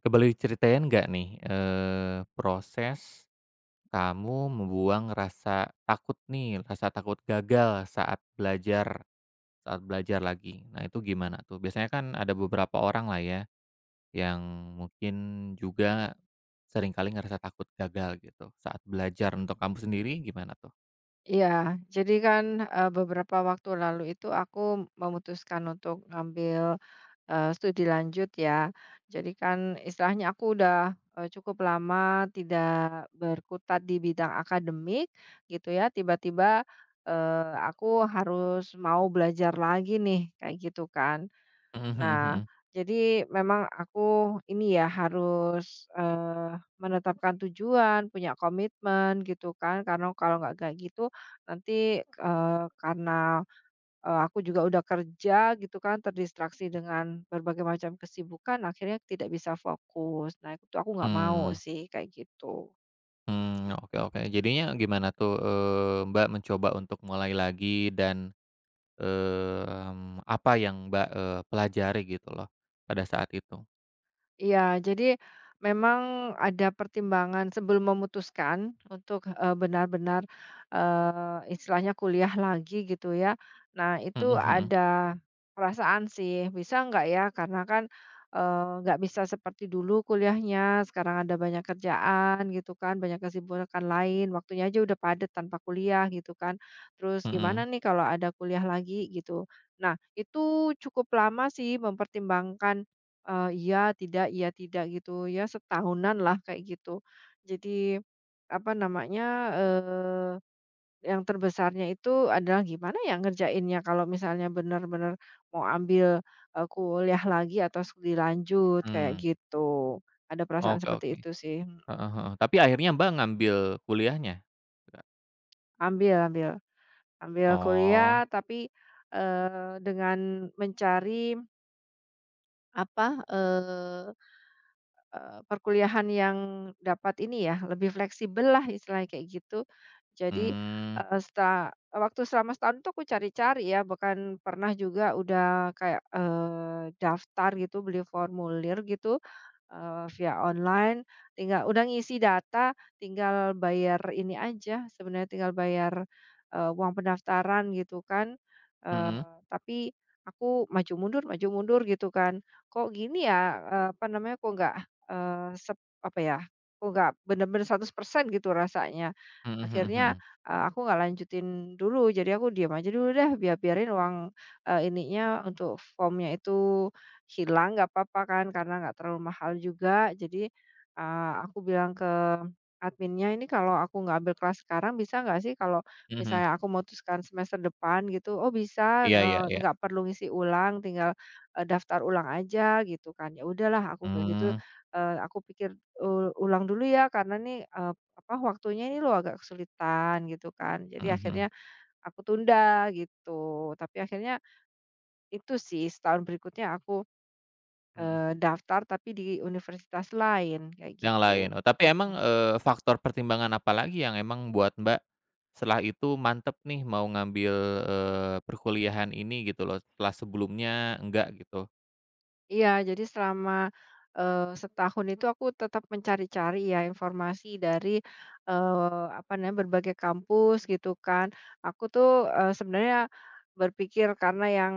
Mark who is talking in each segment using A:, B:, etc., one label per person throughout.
A: Oke, boleh diceritain nggak nih, proses kamu membuang rasa takut nih, rasa takut gagal saat belajar lagi. Nah, itu gimana tuh? Biasanya kan ada beberapa orang lah ya, yang mungkin juga seringkali ngerasa takut gagal gitu saat belajar. Untuk kamu sendiri gimana tuh?
B: Iya, jadi kan, beberapa waktu lalu itu aku memutuskan untuk ngambil, studi lanjut ya. Jadi kan istilahnya aku udah, cukup lama tidak berkutat di bidang akademik gitu ya, tiba-tiba, aku harus mau belajar lagi nih, kayak gitu kan.
A: Mhm mhm
B: Nah,
A: mhm.
B: jadi memang aku ini ya harus, menetapkan tujuan, punya komitmen gitu kan, karena kalau nggak kayak gitu nanti, karena, aku juga udah kerja gitu kan, terdistraksi dengan berbagai macam kesibukan akhirnya tidak bisa fokus. Nah, itu aku nggak mau
A: Mmm,
B: sih kayak gitu.
A: mmm, oke oke. Jadinya gimana tuh, Mbak mencoba untuk mulai lagi dan apa yang Mbak, pelajari gitu loh pada saat itu?
B: Iya, jadi memang ada pertimbangan sebelum memutuskan untuk, benar-benar, istilahnya kuliah lagi gitu ya. Nah
A: Mhm
B: itu
A: mhm
B: ada perasaan sih, bisa nggak ya karena kan, nggak bisa seperti dulu kuliahnya, sekarang ada banyak kerjaan gitu kan, banyak kesibukan lain, waktunya aja udah padat tanpa kuliah gitu kan. Terus gimana
A: mhm,
B: nih kalau ada kuliah lagi gitu. Nah itu cukup lama sih mempertimbangkan, iya tidak gitu ya setahunan lah kayak gitu. Jadi apa namanya, eee, yang terbesarnya itu adalah gimana ya ngerjainnya kalau misalnya benar-benar mau ambil, kuliah lagi atau studi lanjut kayak
A: mmm,
B: gitu. Ada perasaan
A: oke
B: seperti
A: oke,
B: itu sih, mhm.
A: heeh heeh. Tapi akhirnya Mbak ngambil kuliahnya? Nggak?
B: Ambil ambil ambil
A: Oh,
B: kuliah tapi, dengan mencari apa, eh, perkuliahan yang dapat ini ya, lebih fleksibel lah istilahnya kayak gitu. Jadi,
A: mmm,
B: eee, seta waktu selama setahun itu aku cari-cari ya, bahkan pernah juga udah kayak, daftar gitu, beli formulir gitu, via online, tinggal udah ngisi data, tinggal bayar ini aja, sebenarnya tinggal bayar, uang pendaftaran gitu kan.
A: mhm,
B: Tapi aku maju mundur gitu kan, "Kok gini ya?" Apa namanya, "Kok nggak Eee, sep apa ya, aku nggak bener-bener 100% gitu rasanya."
A: mhm mhm
B: Akhirnya,
A: mhm,
B: aku nggak lanjutin dulu, jadi aku diam aja dulu deh, biarin uang, ininya untuk formnya itu hilang nggak apa-apa kan, karena nggak terlalu mahal juga. Jadi, aku bilang ke adminnya, "Ini kalau aku nggak ambil kelas sekarang bisa nggak sih kalau
A: mhm,
B: misalnya aku memutuskan semester depan gitu?" "Oh bisa,
A: iya iya iya,
B: nggak perlu ngisi ulang, tinggal, daftar ulang aja," gitu kan. Ya udahlah aku kayak gitu.
A: mmm,
B: Aku pikir, ulang dulu ya karena nih, apa, waktunya ini lo agak kesulitan gitu kan. Jadi
A: mhm
B: akhirnya
A: mhm,
B: aku tunda gitu, tapi akhirnya itu sih setahun berikutnya aku,
A: mhm,
B: daftar tapi di universitas lain kayak
A: yang
B: gitu.
A: lain. Oh, tapi emang,
B: Mhm.
A: faktor pertimbangan apa lagi yang emang buat Mbak setelah itu mantep nih mau ngambil, perkuliahan ini gitu loh, setelah sebelumnya enggak gitu?
B: Iya, jadi selama, setahun itu aku tetap mencari-cari ya informasi dari, apa namanya, berbagai kampus gitu kan. Aku tuh, sebenarnya berpikir karena yang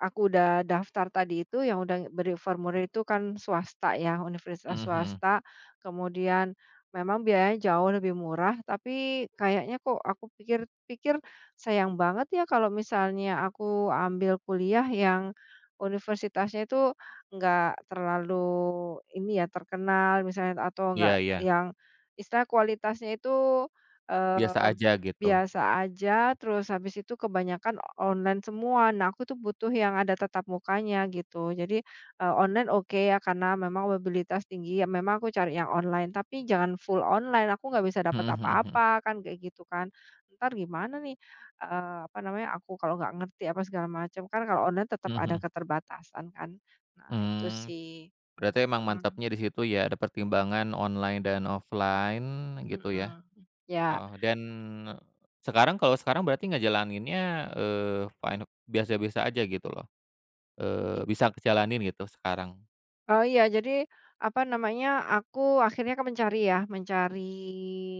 B: aku udah daftar tadi itu, yang udah beri formulir itu kan swasta ya, universitas
A: Mhm mhm.
B: swasta, kemudian memang biayanya jauh lebih murah, tapi kayaknya kok aku pikir-pikir sayang banget ya kalau misalnya aku ambil kuliah yang universitasnya itu nggak terlalu ini ya, terkenal misalnya atau nggak
A: Iya iya,
B: yang istilah kualitasnya itu,
A: biasa
B: eee,
A: aja gitu.
B: biasa aja, terus habis itu kebanyakan online semua. Nah, aku tuh butuh yang ada tatap mukanya gitu. Jadi, online oke ya karena memang mobilitas tinggi, ya memang aku cari yang online, tapi jangan full online, aku nggak bisa dapat
A: Mhm mhm mhm.
B: apa-apa, kan kayak gitu kan. Ntar gimana nih, apa namanya, aku kalau nggak ngerti apa segala macam, kan kalau online tetap
A: Mhm
B: ada
A: mhm.
B: keterbatasan kan. Nah itu
A: Mmm,
B: sih,
A: berarti emang
B: mhm
A: mantapnya di situ ya, ada pertimbangan online dan offline gitu ya?
B: mhm, ya
A: Heeh, dan sekarang kalau sekarang berarti ngejalaninnya, eee, fine biasa-biasa aja gitu loh,
B: i
A: bisa kejalanin gitu sekarang?
B: oh iya, jadi apa namanya, aku akhirnya kan mencari ya, mencari,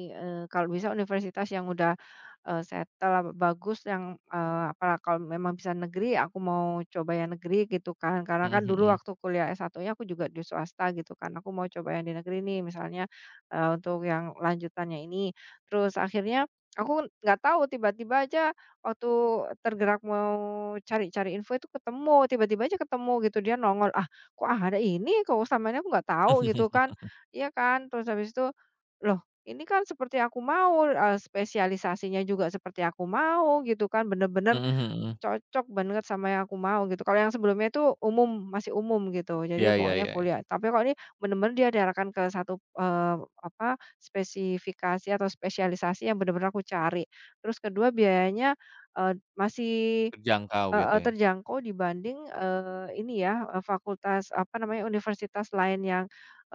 B: kalau bisa universitas yang udah, settle, apa, bagus yang, apa, kalau memang bisa negeri, aku mau coba yang negeri gitu kan. Karena kan
A: Mhm
B: dulu
A: mhm.
B: waktu kuliah S1-nya aku juga di swasta gitu kan, aku mau coba yang di negeri nih misalnya, untuk yang lanjutannya ini. Terus akhirnya aku nggak tahu, tiba-tiba aja waktu tergerak mau cari-cari info itu ketemu, tiba-tiba aja ketemu gitu, dia nongol, "Ah, kok ada ini, kok selama ini aku nggak tahu gitu kan, iya kan." Terus habis itu, loh ini kan seperti aku mau, spesialisasinya juga seperti aku mau gitu kan, bener-bener
A: Mhm mhm.
B: cocok banget sama yang aku mau gitu. Kalau yang sebelumnya itu umum, masih umum gitu, jadi
A: Iya iya
B: pokoknya
A: iya iya,
B: kuliah. Tapi kalau ini bener-bener dia diarahkan ke satu, apa, spesifikasi atau spesialisasi yang bener-bener aku cari. Terus kedua biayanya, masih
A: terjangkau gitu
B: heeh,
A: ya?
B: terjangkau dibanding, ini ya, fakultas apa namanya, universitas lain yang,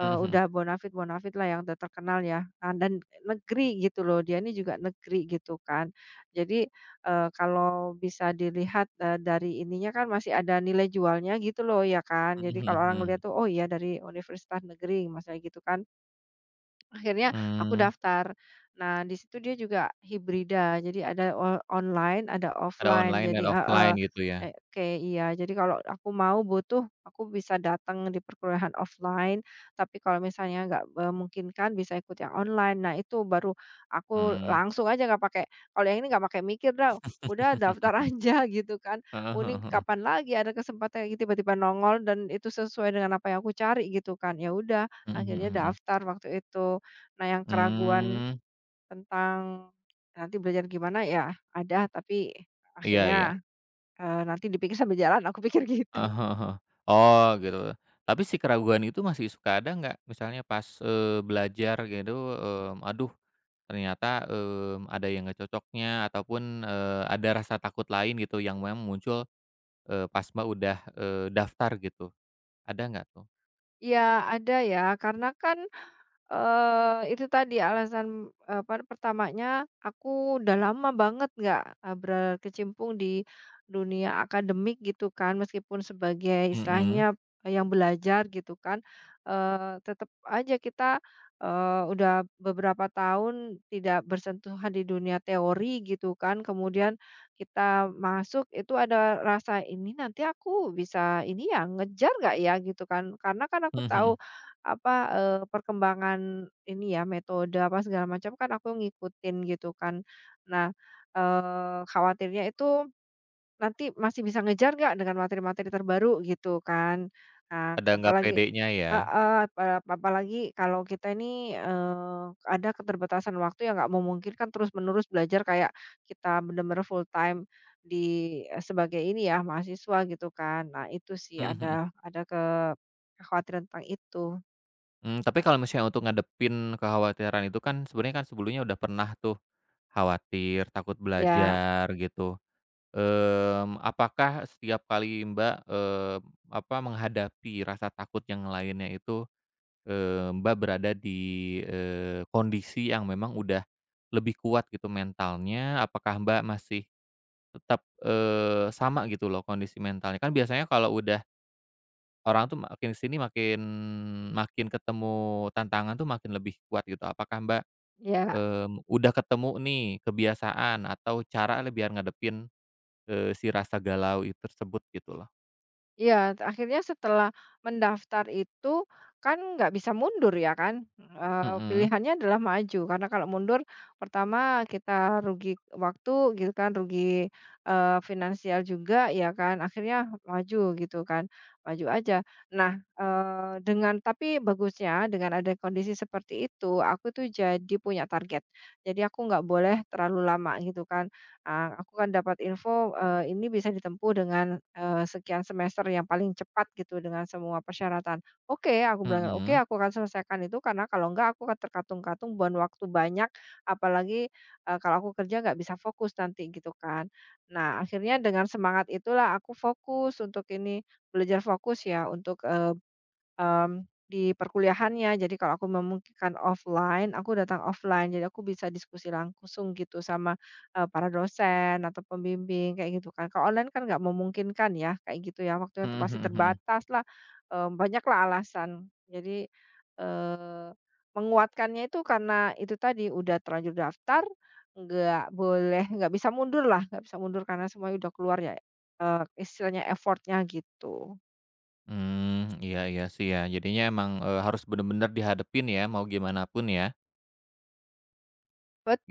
A: Mhm mhm.
B: udah bonafit bonafit lah yang udah terkenal ya, dan negeri gitu loh, dia ini juga negeri gitu kan. Jadi, kalau bisa dilihat, dari ininya kan masih ada nilai jualnya gitu loh ya kan.
A: Mhm
B: Jadi kalau
A: mhm
B: orang
A: mhm.
B: ngelihat tuh, "Oh iya dari universitas negeri," masalah gitu kan. Akhirnya aku
A: Mmm.
B: daftar. Nah, di situ dia juga hibrida, jadi ada online, ada
A: Ada
B: offline,
A: online
B: jadi
A: dan
B: heeh,
A: offline gitu ya?
B: oke, iya. Jadi kalau aku mau butuh, aku bisa datang di perkuliahan offline, tapi kalau misalnya nggak memungkinkan bisa ikut yang online. Nah, itu baru aku
A: Mmm.
B: langsung aja nggak pakai, kalau yang ini nggak pakai mikir dah, udah daftar aja gitu kan.
A: Heeh
B: Ini
A: heeh heeh.
B: kapan lagi ada kesempatan kayak gitu, tiba-tiba nongol dan itu sesuai dengan apa yang aku cari gitu kan. Ya udah,
A: Mhm
B: akhirnya
A: mhm mhm.
B: daftar waktu itu. Nah, yang keraguan
A: Mmm,
B: tentang nanti belajar gimana, ya ada, tapi
A: iya iya,
B: akhirnya, nanti dipikir sambil jalan, aku pikir gitu.
A: heeh heeh heeh. Oh gitu. Tapi si keraguan itu masih suka ada nggak? Misalnya pas, belajar gitu, mmm, aduh ternyata, mmm, ada yang nggak cocoknya ataupun, ada rasa takut lain gitu yang memang muncul, pas Mbak udah, daftar gitu, ada nggak tuh?
B: Iya, ada ya, karena kan itu tadi alasan, apa, pertamanya aku udah lama banget nggak, berkecimpung di dunia akademik gitu kan, meskipun sebagai
A: Mhm,
B: istilahnya yang belajar gitu kan, tetep aja kita, udah beberapa tahun tidak bersentuhan di dunia teori gitu kan, kemudian kita masuk itu ada rasa, "Ini nanti aku bisa ini ya, ngejar nggak ya?" Gitu kan. Karena kan aku
A: mhm
B: tahu
A: mhm.
B: apa, perkembangan ini ya, metode apa segala macam kan aku ngikutin gitu kan. Nah, khawatirnya itu nanti masih bisa ngejar nggak dengan materi-materi terbaru gitu kan. Nah,
A: Ada nggak
B: apalagi
A: pedenya ya?
B: heeh, apa apalagi kalau kita ini, ada keterbatasan waktu yang nggak memungkinkan terus-menerus belajar kayak kita benar-benar full time di eh, sebagai ini ya mahasiswa gitu kan. Nah itu sih
A: Mhm mhm.
B: ada kekhawatiran tentang itu.
A: Mmm, tapi kalau misalnya untuk ngadepin kekhawatiran itu kan sebenarnya kan sebelumnya udah pernah tuh, khawatir, takut
B: Ya.
A: belajar gitu, mmm, apakah setiap kali Mbak, apa, menghadapi rasa takut yang lainnya itu, Mbak berada di, kondisi yang memang udah lebih kuat gitu mentalnya, apakah Mbak masih tetap, sama gitu loh kondisi mentalnya? Kan biasanya kalau udah orang tuh makin ke sini makin makin ketemu tantangan tuh makin lebih kuat gitu. Apakah Mbak,
B: Ya,
A: mmm, udah ketemu nih kebiasaan atau cara biar ngadepin, si rasa galau tersebut gitu loh?
B: iya, akhirnya setelah mendaftar itu kan nggak bisa mundur ya kan,
A: Mhm
B: pilihannya adalah maju karena kalau mundur pertama kita rugi waktu gitu kan, rugi, finansial juga ya kan, akhirnya maju gitu kan, maju aja. Nah, dengan tapi bagusnya dengan ada kondisi seperti itu, aku tuh jadi punya target. Jadi aku nggak boleh terlalu lama gitu kan. Ah, aku kan dapat info, ini bisa ditempuh dengan, sekian semester yang paling cepat gitu dengan semua persyaratan. Oke, aku bilang, "Oke,
A: mhm.
B: aku akan selesaikan itu karena kalau enggak aku akan terkatung-katung buang waktu banyak, apalagi, kalau aku kerja nggak bisa fokus nanti," gitu kan. Nah, akhirnya dengan semangat itulah aku fokus untuk ini, belajar fokus ya untuk, di perkuliahannya. Jadi kalau aku memungkinkan offline, aku datang offline. Jadi aku bisa diskusi langsung gitu sama, para dosen atau pembimbing kayak gitu kan. Kalau online kan nggak memungkinkan ya, kayak gitu ya. Waktunya tuh
A: Mhm
B: pasti
A: mhm mhm.
B: terbatas lah, banyaklah alasan. Jadi, eee, menguatkannya itu karena itu tadi, udah terlanjur daftar, nggak boleh nggak bisa mundur lah, nggak bisa mundur karena semuanya udah keluar ya, istilahnya effortnya gitu.
A: Mmm, iya iya sih ya. Jadinya emang, harus bener-bener dihadepin ya mau gimana pun ya,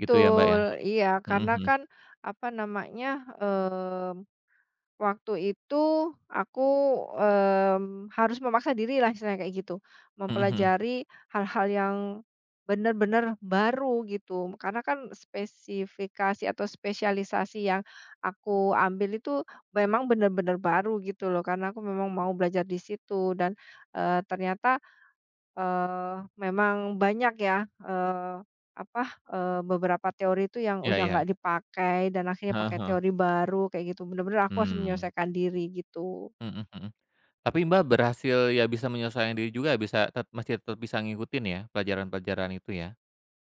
A: gitu ya Mbak ya?
B: iya
A: Mhm
B: karena
A: mhm.
B: kan apa namanya, mmm, waktu itu aku, harus memaksa diri lah istilahnya kayak gitu,
A: Mhm mhm.
B: mempelajari hal-hal yang benar-benar baru gitu. Karena kan spesifikasi atau spesialisasi yang aku ambil itu memang benar-benar baru gitu loh, karena aku memang mau belajar di situ dan, ternyata memang banyak ya, apa, beberapa teori itu yang
A: Iya
B: udah
A: iya.
B: nggak dipakai dan akhirnya
A: Heeh
B: pakai
A: heeh.
B: teori baru kayak gitu, bener-bener aku harus
A: Mmm.
B: menyelesaikan diri gitu.
A: Mhm mhm. Tapi Mbak berhasil ya bisa menyesuaikan diri juga, bisa masih tetap bisa ngikutin ya, pelajaran-pelajaran itu ya?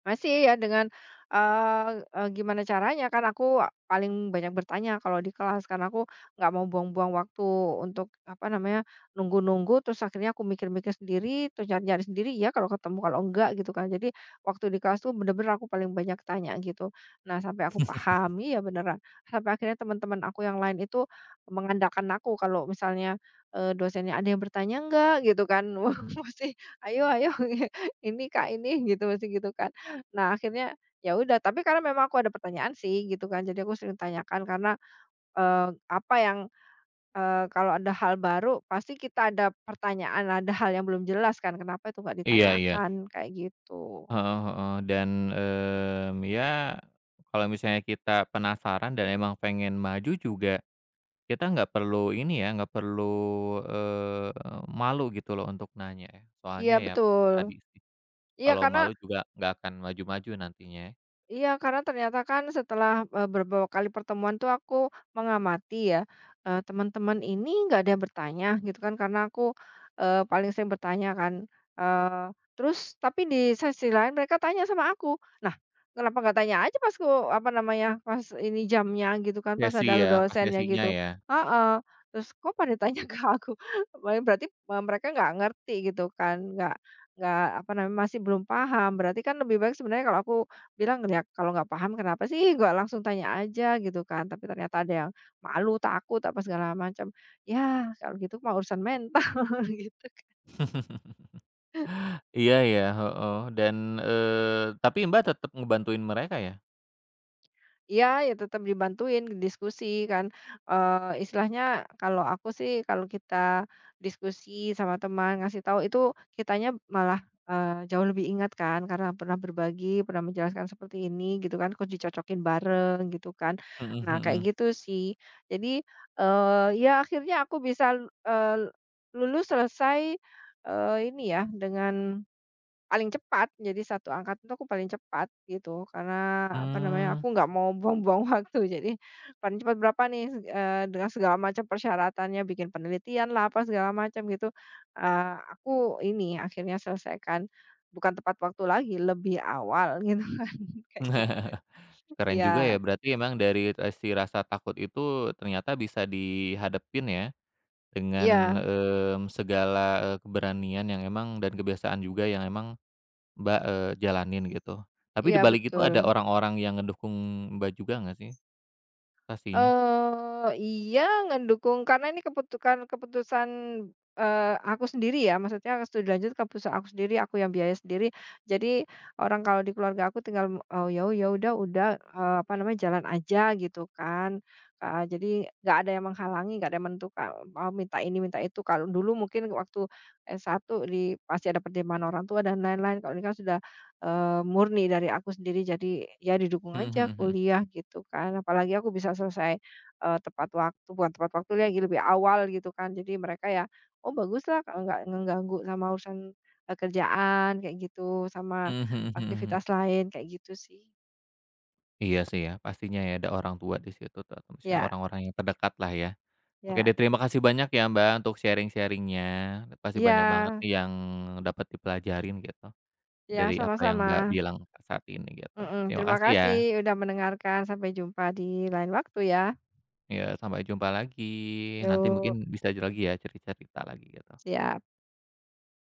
B: Masih ya dengan, eee eee, gimana caranya kan aku paling banyak bertanya kalau di kelas, karena aku nggak mau buang-buang waktu untuk apa namanya, nunggu-nunggu terus akhirnya aku mikir-mikir sendiri, terus nyari-nyari sendiri ya kalau ketemu, kalau enggak gitu kan. Jadi waktu di kelas tuh bener-bener aku paling banyak tanya gitu. Nah sampai aku paham iya beneran, sampai akhirnya teman-teman aku yang lain itu mengandalkan aku kalau misalnya, dosennya, "Ada yang bertanya enggak?" Gitu kan. Wah mesti, "Ayo ayo ini Kak ini," gitu mesti gitu kan. Nah, akhirnya ya udah, tapi karena memang aku ada pertanyaan sih gitu kan, jadi aku sering tanyakan karena, apa yang, kalau ada hal baru pasti kita ada pertanyaan, ada hal yang belum jelas kan, kenapa itu nggak
A: Iya iya.
B: ditanyakan, kayak gitu.
A: Heeh heeh. Dan, mmm, ya kalau misalnya kita penasaran dan emang pengen maju juga, kita nggak perlu ini ya, nggak perlu, eee, malu gitu loh untuk nanya ya.
B: Iya
A: Soalnya ya itu
B: betul.
A: tadi sih,
B: Iya,
A: kalau
B: karena
A: malu juga nggak akan maju-maju nantinya ya.
B: iya, karena ternyata kan setelah, beberapa kali pertemuan tuh aku mengamati ya, teman-teman ini nggak ada yang bertanya gitu kan karena aku, paling sering bertanya kan, eee, terus tapi di sesi lain mereka tanya sama aku. Nah, kenapa nggak tanya aja pas ku apa namanya, pas ini jamnya gitu kan, pas
A: Sesi
B: ada
A: ya, pas
B: dosennya
A: sesinya
B: gitu
A: ya.
B: heeh, terus kok pada tanya ke aku? Wah, berarti, mereka nggak ngerti gitu kan, nggak apa namanya, masih belum paham. Berarti kan lebih baik sebenarnya kalau aku bilang ya kalau nggak paham kenapa sih nggak langsung tanya aja gitu kan, tapi ternyata ada yang malu, takut, apa segala macam. Ya kalau gitu mah urusan mental gitu.
A: Iya ya, heeh. Dan, tapi Mbak tetap ngebantuin mereka ya?
B: Iya, ya tetap dibantuin, diskusi kan, istilahnya kalau aku sih kalau kita diskusi sama teman, ngasih tahu itu kitanya malah, jauh lebih ingat kan karena pernah berbagi, pernah menjelaskan seperti ini gitu kan, terus dicocokin bareng gitu kan.
A: Mhm
B: Nah kayak
A: mhm.
B: gitu sih. Jadi, ya akhirnya aku bisa, eee, lulus selesai, ini ya dengan paling cepat, jadi satu angkatan tuh aku paling cepat gitu, karena apa namanya,
A: Mmm.
B: aku nggak mau buang-buang waktu. Jadi paling cepat berapa nih, dengan segala macam persyaratannya, bikin penelitian lah, apa segala macam gitu, aku ini akhirnya selesaikan, bukan tepat waktu lagi, lebih awal gitu, kayak gitu.
A: Keren juga
B: Iya
A: ya, berarti emang dari si rasa takut itu ternyata bisa dihadapin ya, dengan,
B: iya
A: mmm, segala, keberanian yang emang dan kebiasaan juga yang emang Mbak, jalanin gitu. Tapi di
B: iya,
A: balik itu ada
B: betul.
A: orang-orang yang ngedukung Mbak juga nggak sih? Pastinya.
B: Iya ngedukung karena ini keputusan keputusan, aku sendiri ya maksudnya studi lanjut keputusan aku sendiri, aku yang biaya sendiri. Jadi orang kalau di keluarga aku tinggal, ya ya udah, apa namanya, jalan aja gitu kan. Jadi nggak ada yang menghalangi, nggak ada yang menentukan, mau minta ini minta itu. Kalau dulu mungkin waktu satu di pasti ada pertimbangan orang tua dan lain-lain, kalau ini kan sudah murni dari aku sendiri jadi ya didukung
A: Mhm
B: aja
A: mhm mhm.
B: kuliah gitu kan, apalagi aku bisa selesai, tepat waktu bukan tepat waktu lagi, lebih awal gitu kan. Jadi mereka ya, "Oh baguslah kalau nggak ngeganggu sama urusan, kerjaan," kayak gitu,
A: Mhm
B: "sama
A: mhm mhm mhm.
B: aktivitas lain," kayak gitu sih.
A: Iya sih ya, pastinya ya ada orang tua di situ atau misalnya
B: Ya
A: orang-orang yang terdekat lah ya. Oke
B: ya.
A: deh, terima kasih banyak ya Mbak, untuk sharing sharingnya. Pasti banyak banget
B: Ya
A: nih yang dapat dipelajarin gitu,
B: ya
A: dari apa yang
B: sama-sama.
A: Mbak bilang saat ini gitu.
B: Mhm,
A: Terima
B: terima
A: kasih ya.
B: kasih udah mendengarkan, sampai jumpa di lain waktu ya.
A: Ya, sampai jumpa lagi. Nanti mungkin
B: Yuk,
A: bisa lagi ya cerita-cerita lagi gitu.
B: siap.